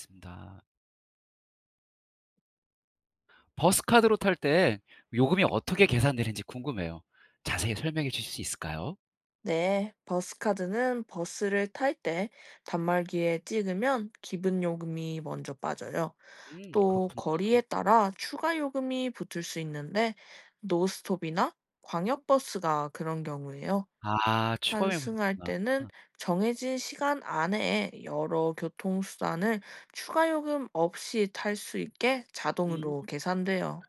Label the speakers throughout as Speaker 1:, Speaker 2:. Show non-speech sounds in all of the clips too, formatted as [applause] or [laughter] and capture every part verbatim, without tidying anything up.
Speaker 1: 맞습니다. 버스 카드로 탈 때 요금이 어떻게 계산되는지 궁금해요. 자세히 설명해 주실 수 있을까요?
Speaker 2: 네, 버스카드는 버스를 탈 때 단말기에 찍으면 기본 요금이 먼저 빠져요.
Speaker 1: 음
Speaker 2: 또
Speaker 1: 그렇구나.
Speaker 2: 거리에 따라 추가 요금이 붙을 수 있는데, 노스톱이나 광역버스가 그런 경우에요.
Speaker 1: 아 추가요금이
Speaker 2: 환승할 때는
Speaker 1: 붙는구나.
Speaker 2: 정해진 시간 안에 여러 교통수단을 추가 요금 없이 탈 수 있게
Speaker 1: 음
Speaker 2: 자동으로 계산돼요.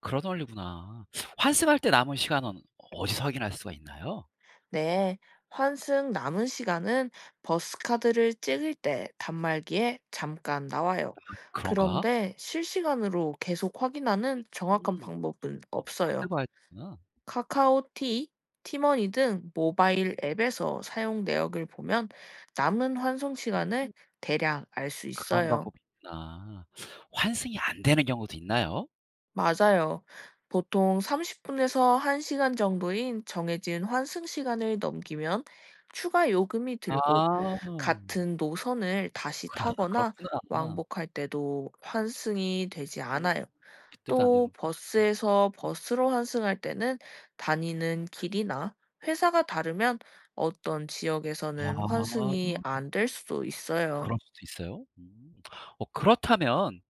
Speaker 1: 그런 원리구나. 환승할 때 남은 시간은 어디서 확인할 수가 있나요?
Speaker 2: 네, 환승 남은 시간은 버스카드를 찍을 때 단말기에 잠깐 나와요.
Speaker 1: 그런가?
Speaker 2: 그런데 실시간으로 계속 확인하는 정확한
Speaker 1: 음.
Speaker 2: 방법은
Speaker 1: 아 그때
Speaker 2: 없어요.
Speaker 1: 봐야 되구나.
Speaker 2: 카카오티, 티머니 등 모바일 앱에서 사용 내역을 보면 남은 환승
Speaker 1: 음
Speaker 2: 시간을 대략 알 수
Speaker 1: 그런
Speaker 2: 있어요.
Speaker 1: 방법이 있구나. 환승이 안 되는 경우도 있나요?
Speaker 2: 맞아요. 보통 삼십 분에서 한 시간 정도인 정해진 환승 시간을 넘기면 추가 요금이 들고,
Speaker 1: 아.
Speaker 2: 같은 노선을 다시
Speaker 1: 그렇
Speaker 2: 타거나
Speaker 1: 그렇구나.
Speaker 2: 왕복할 때도 환승이 되지
Speaker 1: 음
Speaker 2: 않아요.
Speaker 1: 그때도 안
Speaker 2: 또
Speaker 1: 되는.
Speaker 2: 버스에서 버스로 환승할 때는 다니는 길이나 회사가 다르면 어떤 지역에서는
Speaker 1: 아.
Speaker 2: 환승이 안 될 수도 있어요.
Speaker 1: 그럴 수도 있어요? 음. 어 그렇다면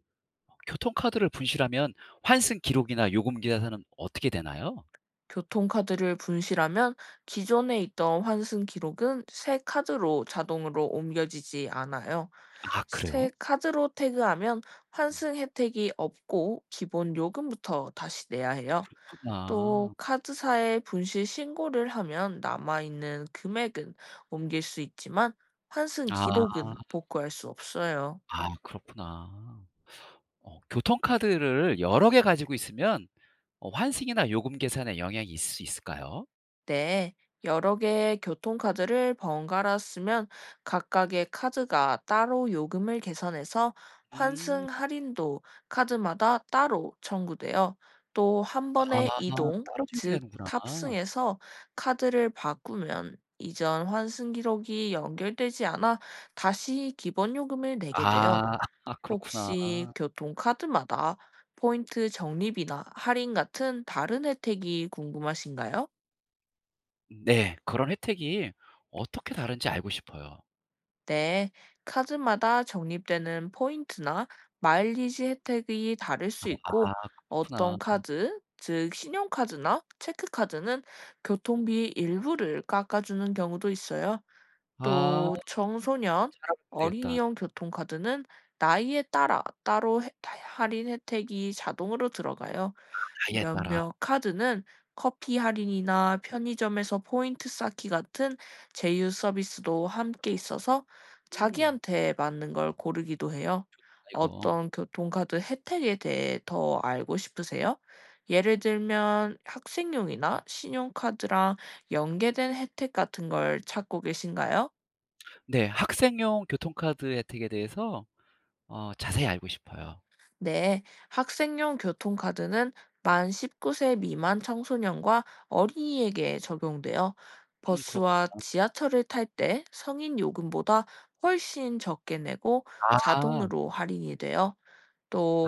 Speaker 1: 교통카드를 분실하면 환승 기록이나 요금 계산은 어떻게 되나요?
Speaker 2: 교통카드를 분실하면 기존에 있던 환승 기록은 새 카드로 자동으로 옮겨지지 않아요.
Speaker 1: 아
Speaker 2: 새
Speaker 1: 그래요?
Speaker 2: 카드로 태그하면
Speaker 1: 음.
Speaker 2: 환승 혜택이 없고 기본 요금부터 다시 내야 해요. 또
Speaker 1: 그렇구나.
Speaker 2: 카드사에 분실 신고를 하면 남아있는 금액은 옮길 수 있지만, 환승
Speaker 1: 아.
Speaker 2: 기록은 복구할 수 없어요.
Speaker 1: 아 그렇구나. 어 교통카드를 여러 개 가지고 있으면 어 환승이나 요금 계산에 영향이 있을 수 있을까요?
Speaker 2: 네, 여러 개의 교통카드를 번갈아 쓰면 각각의 카드가 따로 요금을 계산해서 환승
Speaker 1: 음.
Speaker 2: 할인도 카드마다 따로 청구돼요. 또 한
Speaker 1: 아
Speaker 2: 번의 이동,
Speaker 1: 따로
Speaker 2: 즉
Speaker 1: 적용되는구나.
Speaker 2: 탑승에서 카드를 바꾸면 이전 환승 기록이 연결되지 않아 다시 기본 요금을
Speaker 1: 아.
Speaker 2: 내게 돼요.
Speaker 1: [laughs] 아, 그렇구나.
Speaker 2: 혹시 교통카드마다 포인트 적립이나 할인 같은 다른 혜택이 궁금하신가요?
Speaker 1: 네. 그런 혜택이 어떻게 다른지 알고 싶어요.
Speaker 2: 네, 카드마다 적립되는 포인트나 마일리지 혜택이 다를 수
Speaker 1: 아
Speaker 2: 있고, 어떤
Speaker 1: 그렇구나.
Speaker 2: 카드, 즉 신용카드나 체크카드는 교통비 일부를 깎아주는 경우도 있어요.
Speaker 1: 아.
Speaker 2: 또 청소년,
Speaker 1: 잘하면 되겠다.
Speaker 2: 어린이용 교통카드는 나이에 따라 따로 혜- 할인 혜택이 자동으로 들어가요.
Speaker 1: 나이에 따라.
Speaker 2: 몇몇 카드는 커피 할인이나 편의점에서 포인트 쌓기 같은 제휴 서비스도 함께 있어서
Speaker 1: 음.
Speaker 2: 자기한테 맞는 걸 고르기도 해요.
Speaker 1: 이거.
Speaker 2: 어떤 교통카드 혜택에 대해 더 알고 싶으세요? 예를 들면 학생용이나 신용카드랑 연계된 혜택 같은 걸 찾고 계신가요?
Speaker 1: 네. 학생용 교통카드 혜택에 대해서 어 자세히 알고 싶어요.
Speaker 2: 네, 학생용 교통카드는 만 십구 세 미만 청소년과 어린이에게 적용되어
Speaker 1: 음 그렇구나.
Speaker 2: 버스와 지하철을 탈 때 성인 요금보다 훨씬 적게 내고
Speaker 1: 아.
Speaker 2: 자동으로 할인이 되어,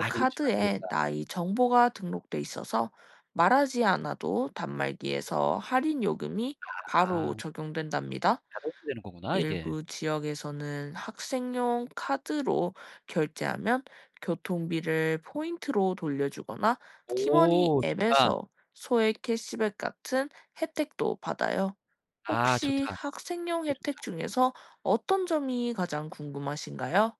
Speaker 1: 아 그럼시면 안
Speaker 2: 카드에
Speaker 1: 되겠다.
Speaker 2: 나이 정보가 등록돼 있어서 말하지 않아도 단말기에서 할인 요금이 바로
Speaker 1: 아
Speaker 2: 적용된답니다.
Speaker 1: 자동으로 되는 거구나 이게.
Speaker 2: 일부 지역에서는 학생용 카드로 결제하면 교통비를 포인트로 돌려주거나 티머니
Speaker 1: 오 좋다.
Speaker 2: 앱에서 소액 캐시백 같은 혜택도 받아요.
Speaker 1: 아 좋다.
Speaker 2: 혹시 학생용
Speaker 1: 그거
Speaker 2: 혜택
Speaker 1: 좋다.
Speaker 2: 중에서 어떤 점이 가장 궁금하신가요?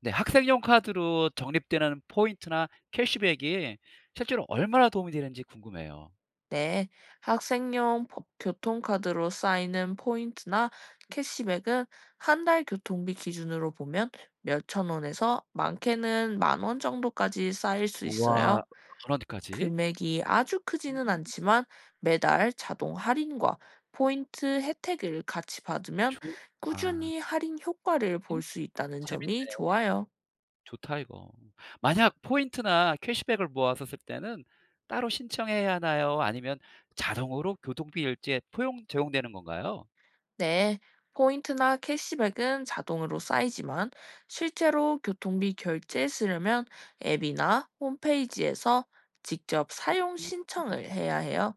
Speaker 1: 네. 학생용 카드로 적립되는 포인트나 캐시백이 실제로 얼마나 도움이 되는지 궁금해요.
Speaker 2: 네, 학생용 포- 교통카드로 쌓이는 포인트나 캐시백은 한달 교통비 기준으로 보면 몇천 원에서 많게는 만 원 정도까지 쌓일 수
Speaker 1: 우와.
Speaker 2: 있어요.
Speaker 1: 만 원까지?
Speaker 2: 금액이 아주 크지는
Speaker 1: 음.
Speaker 2: 않지만 매달 자동 할인과 포인트 혜택을 같이 받으면
Speaker 1: 좋. 아.
Speaker 2: 꾸준히 할인 효과를
Speaker 1: 이
Speaker 2: 볼 수 있다는 점이
Speaker 1: 재밌네.
Speaker 2: 좋아요.
Speaker 1: 좋다 이거. 만약 포인트나 캐시백을 모아서 쓸 때는 따로 신청해야 하나요? 아니면 자동으로 교통비 일지에 포용 적용되는 건가요?
Speaker 2: 네, 포인트나 캐시백은 자동으로 쌓이지만 실제로 교통비 결제에 쓰려면 앱이나 홈페이지에서 직접 사용
Speaker 1: 음.
Speaker 2: 신청을 해야 해요.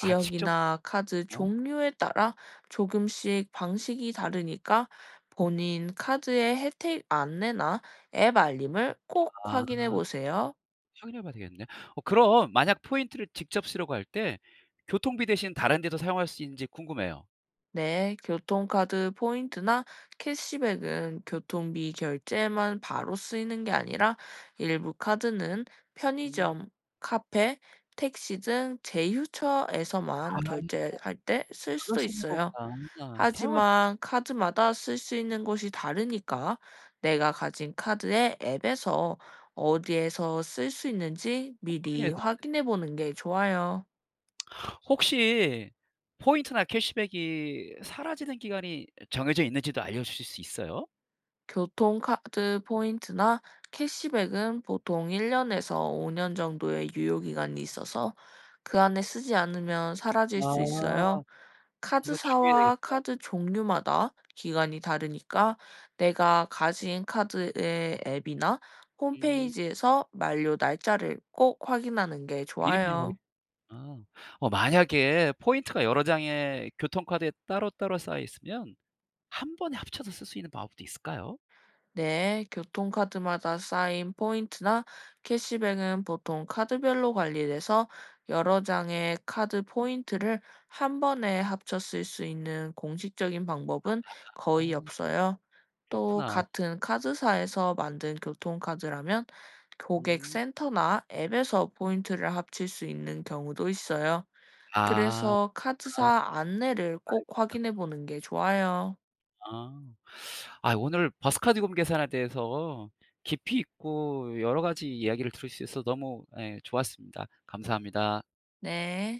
Speaker 1: 아 직접.
Speaker 2: 카드
Speaker 1: 어.
Speaker 2: 종류에 따라 조금씩 방식이 다르니까 본인 카드의 혜택 안내나 앱 알림을 꼭
Speaker 1: 아
Speaker 2: 확인해 보세요.
Speaker 1: 확인해 봐야 되겠네. 어 그럼 만약 포인트를 직접 쓰려고 할 때 교통비 대신 다른 데도 사용할 수 있는지 궁금해요.
Speaker 2: 네, 교통카드 포인트나 캐시백은 교통비 결제에만 바로 쓰이는 게 아니라 일부 카드는
Speaker 1: 음.
Speaker 2: 편의점, 카페, 택시 등 제휴처에서만
Speaker 1: 아
Speaker 2: 결제할 때 쓸
Speaker 1: 그럴
Speaker 2: 수도
Speaker 1: 수 있는
Speaker 2: 있어요.
Speaker 1: 거구나. 사용할 수 있을지
Speaker 2: 하지만 카드마다 쓸 수 있는 곳이 다르니까 내가 가진 카드의 앱에서 어디에서 쓸 수 있는지
Speaker 1: 꼭 확인해야
Speaker 2: 미리
Speaker 1: 되겠다.
Speaker 2: 확인해 보는 게 좋아요.
Speaker 1: 혹시 포인트나 캐시백이 사라지는 기간이 정해져 있는지도 알려 주실 수 있어요?
Speaker 2: 교통카드 포인트나 캐시백은 보통 일 년에서 오 년 정도의 유효기간이 있어서 그 안에 쓰지 않으면 사라질 수 있어요.
Speaker 1: 아. 이거 주의해야
Speaker 2: 카드사와
Speaker 1: 되겠다.
Speaker 2: 카드 종류마다 기간이 다르니까 내가 가진 카드의 앱이나
Speaker 1: 음.
Speaker 2: 홈페이지에서 만료 날짜를 꼭 확인하는 게
Speaker 1: 미리미리
Speaker 2: 좋아요.
Speaker 1: 확인했구나. 어 만약에 포인트가 여러 장의 교통카드에 따로따로 쌓여 있으면 한 번에 합쳐서 쓸 수 있는 방법도 있을까요?
Speaker 2: 네, 교통카드마다 쌓인 포인트나 캐시백은 보통 카드별로 관리돼서 여러 장의 카드 포인트를 한 번에 합쳐 쓸 수 있는 공식적인 방법은 거의
Speaker 1: 아
Speaker 2: 없어요. 또
Speaker 1: 그렇구나.
Speaker 2: 같은 카드사에서 만든 교통카드라면
Speaker 1: 음.
Speaker 2: 고객센터나 앱에서 포인트를 합칠 수 있는 경우도 있어요.
Speaker 1: 아.
Speaker 2: 그래서
Speaker 1: 아.
Speaker 2: 카드사 안내를 꼭 확인해 보는 게 좋아요.
Speaker 1: 아. 아 오늘 버스카드요금 계산에 대해서 깊이 있고 여러 가지 이야기를 들을 수 있어서 너무 예 좋았습니다. 감사합니다.
Speaker 2: 네.